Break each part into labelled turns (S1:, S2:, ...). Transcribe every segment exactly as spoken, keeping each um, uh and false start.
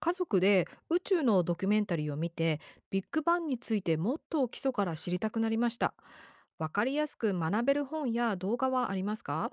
S1: 家族で宇宙のドキュメンタリーを見て、ビッグバンについてもっと基礎から知りたくなりました。わかりやすく学べる本や動画はありますか？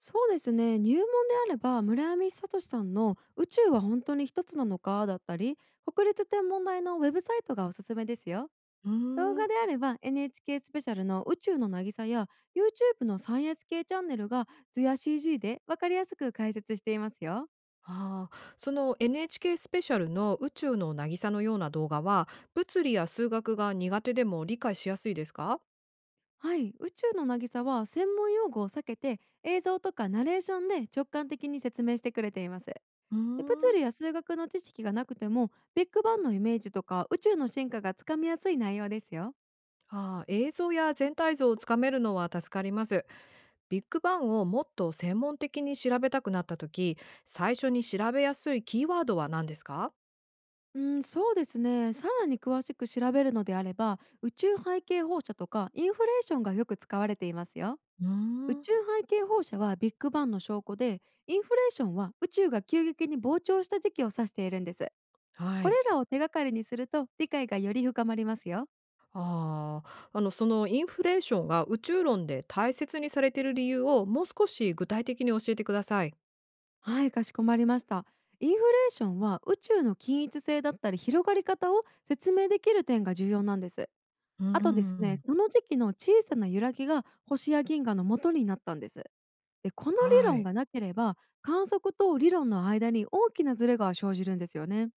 S2: そうですね、入門であれば村上聡さんの「宇宙は本当に一つなのか？」だったり、国立天文台のウェブサイトがおすすめですよ。
S1: うー
S2: 動
S1: ん
S2: 画であれば エヌエイチケー スペシャルの「宇宙の渚」や YouTube の「サイエンス系チャンネル」が図や シージー で分かりやすく解説していますよ。
S1: あーその エヌエイチケー スペシャルの宇宙の渚のような動画は、物理や数学が苦手でも理解しやすいですか？
S2: はい、宇宙の渚は専門用語を避けて映像とかナレーションで直感的に説明してくれています。で、
S1: うー
S2: 物
S1: ん
S2: 理や数学の知識がなくてもビッグバンのイメージとか宇宙の進化がつかみやすい内容ですよ。
S1: あー映像や全体像をつかめるのは助かります。ビッグバンをもっと専門的に調べたくなった時、最初に調べやすいキーワードは何ですか？
S2: うん、そうですね、さらに詳しく調べるのであれば宇宙背景放射とかインフレーションがよく使われていますよ。
S1: うー
S2: 宇
S1: ん、
S2: 宙背景放射はビッグバンの証拠で、インフレーションは宇宙が急激に膨張した時期を指しているんです。
S1: は
S2: こ
S1: い。
S2: れらを手がかりにすると理解がより深まりますよ。
S1: ああ、あの、そのインフレーションが宇宙論で大切にされている理由をもう少し具体的に教えてください。
S2: はい、かしこまりました。インフレーションは宇宙の均一性だったり広がり方を説明できる点が重要なんです。
S1: うー
S2: あとですね、
S1: ん、
S2: その時期の小さな揺らぎが星や銀河の元になったんです。で、この理
S1: は
S2: 論
S1: い。
S2: がなければ観測と理論の間に大きなズレが生じるんですよね。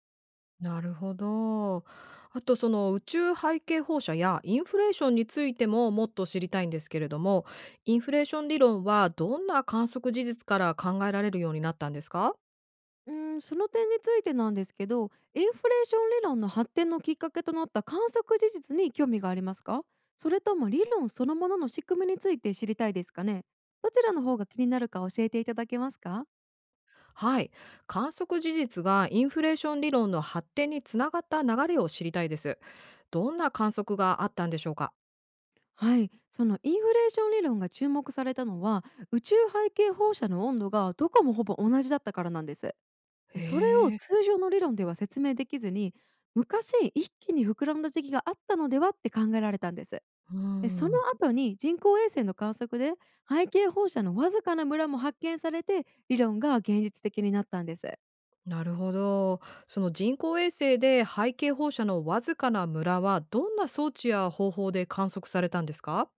S1: なるほど。あと、その宇宙背景放射やインフレーションについてももっと知りたいんですけれども、インフレーション理論はどんな観測事実から考えられるようになったんですか？
S2: うん、その点についてなんですけど、インフレーション理論の発展のきっかけとなった観測事実に興味がありますか？それとも理論そのものの仕組みについて知りたいですかね？どちらの方が気になるか教えていただけますか？
S1: はい。観測事実がインフレーション理論の発展につながった流れを知りたいです。どんな観測があったんでしょうか？
S2: はい、そのインフレーション理論が注目されたのは、宇宙背景放射の温度がどこもほぼ同じだったからなんです。
S1: へ
S2: でそれを
S1: え。
S2: 通常の理論では説明できずに、昔一気に膨らんだ時期があったのではって考えられたんです。
S1: う
S2: で、その
S1: ん、
S2: 後に人工衛星の観測で背景放射のわずかなムラも発見されて理論が現実的になったんです。
S1: なるほど。その人工衛星で背景放射のわずかなムラは、どんな装置や方法で観測されたんですか？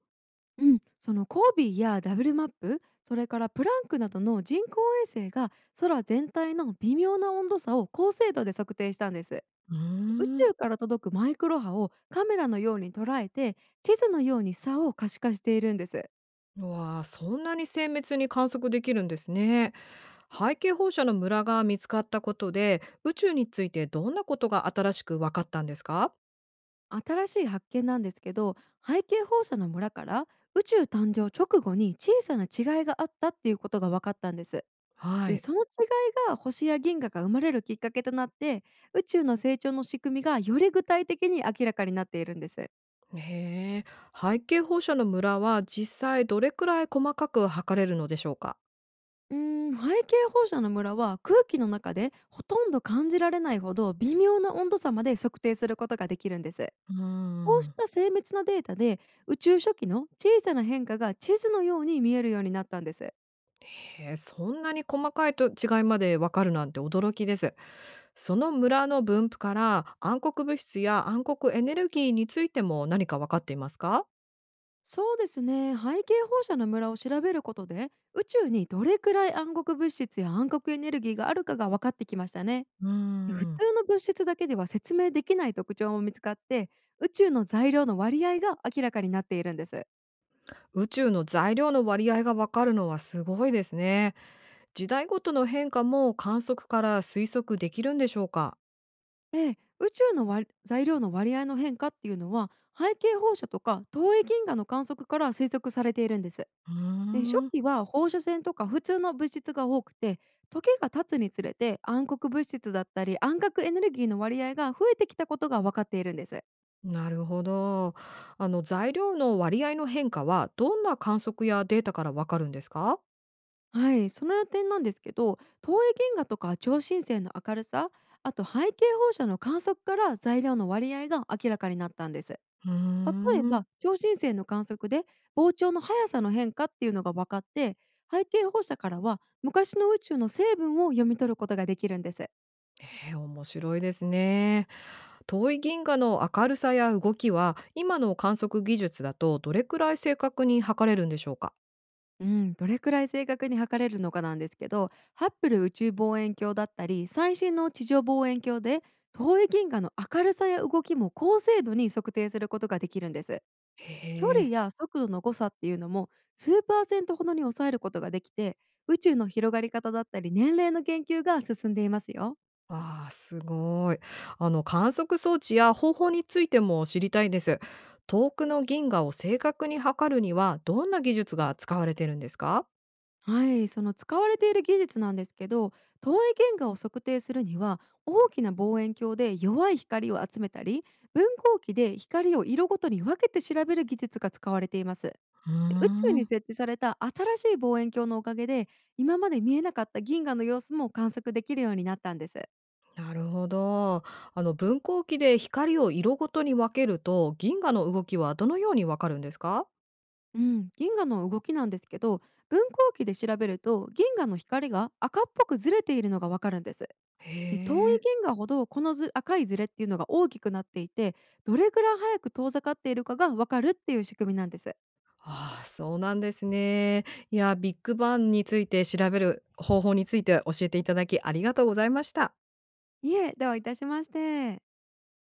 S2: うん。そのコービーやダブルマップ、それからプランクなどの人工衛星が空全体の微妙な温度差を高精度で測定したんです。
S1: うー
S2: 宇
S1: ん。
S2: 宙から届くマイクロ波をカメラのように捉えて、地図のように差を可視化しているんです。
S1: うわあ、そんなに精密に観測できるんですね。背景放射のムラが見つかったことで、宇宙についてどんなことが新しく分かったんですか？
S2: 新しい発見なんですけど、背景放射の村から宇宙誕生直後に小さな違いがあったっていうことが分かったんです。
S1: は
S2: で
S1: い。
S2: その違いが星や銀河が生まれるきっかけとなって、宇宙の成長の仕組みがより具体的に明らかになっているんです。
S1: へえ。背景放射のムラは実際どれくらい細かく測れるのでしょうか？
S2: うーん背景放射の村は空気の中でほとんど感じられないほど微妙な温度差まで測定することができるんです。
S1: うー
S2: こうし
S1: ん。
S2: た精密なデータで宇宙初期の小さな変化が地図のように見えるようになったんです。
S1: へえ、そんなに細かいと違いまでわかるなんて驚きです。その村の分布から暗黒物質や暗黒エネルギーについても何かわかっていますか？
S2: そうですね、背景放射の村を調べることで宇宙にどれくらい暗黒物質や暗黒エネルギーがあるかが分かってきましたね。
S1: うー
S2: 普
S1: ん。
S2: 通の物質だけでは説明できない特徴も見つかって、宇宙の材料の割合が明らかになっているんです。
S1: 宇宙の材料の割合がわかるのはすごいですね。時代ごとの変化も観測から推測できるんでしょうか？
S2: ええ、宇宙の割材料の割合の変化っていうのは背景放射とか遠い銀河の観測から推測されているんです。
S1: う
S2: で、初
S1: ーん。
S2: 期は放射線とか普通の物質が多くて、時が経つにつれて暗黒物質だったり暗黒エネルギーの割合が増えてきたことが分かっているんです。
S1: なるほど。あの材料の割合の変化は、どんな観測やデータからわかるんですか？
S2: はい、その点なんですけど、投影銀河とか超新星の明るさ、あと背景放射の観測から材料の割合が明らかになったんです。
S1: うー
S2: 例え
S1: ん。
S2: ば超新星の観測で膨張の速さの変化っていうのが分かって、背景放射からは昔の宇宙の成分を読み取ることができるんです。
S1: へえ、面白いですね。遠い銀河の明るさや動きは、今の観測技術だとどれくらい正確に測れるんでしょうか？
S2: うん、どれくらい正確に測れるのかなんですけど、ハッブル宇宙望遠鏡だったり最新の地上望遠鏡で遠い銀河の明るさや動きも高精度に測定することができるんです。距
S1: へ
S2: 離
S1: え。
S2: や速度の誤差っていうのも数パーセントほどに抑えることができて、宇宙の広がり方だったり年齢の研究が進んでいますよ。
S1: ああ、すごい。あの観測装置や方法についても知りたいです。遠くの銀河を正確に測るには、どんな技術が使われてるんですか？
S2: はい、その使われている技術なんですけど、遠い銀河を測定するには大きな望遠鏡で弱い光を集めたり、分光器で光を色ごとに分けて調べる技術が使われています。
S1: うー
S2: で、宇宙に
S1: ん、
S2: 設置された新しい望遠鏡のおかげで今まで見えなかった銀河の様子も観測できるようになったんです。
S1: なるほど。あの分光器で光を色ごとに分けると、銀河の動きはどのようにわかるんですか？
S2: うん、銀河の動きなんですけど、分光器で調べると銀河の光が赤っぽくずれているのがわかるんです。
S1: へ
S2: で、遠い
S1: え。
S2: 銀河ほどこのず赤いズレっていうのが大きくなっていて、どれぐらい早く遠ざかっているかがわかるっていう仕組みなんです。
S1: ああ、そうなんですね。いや、ビッグバンについて調べる方法について教えていただき、ありがとうございました。
S2: いえ、どういたしまして。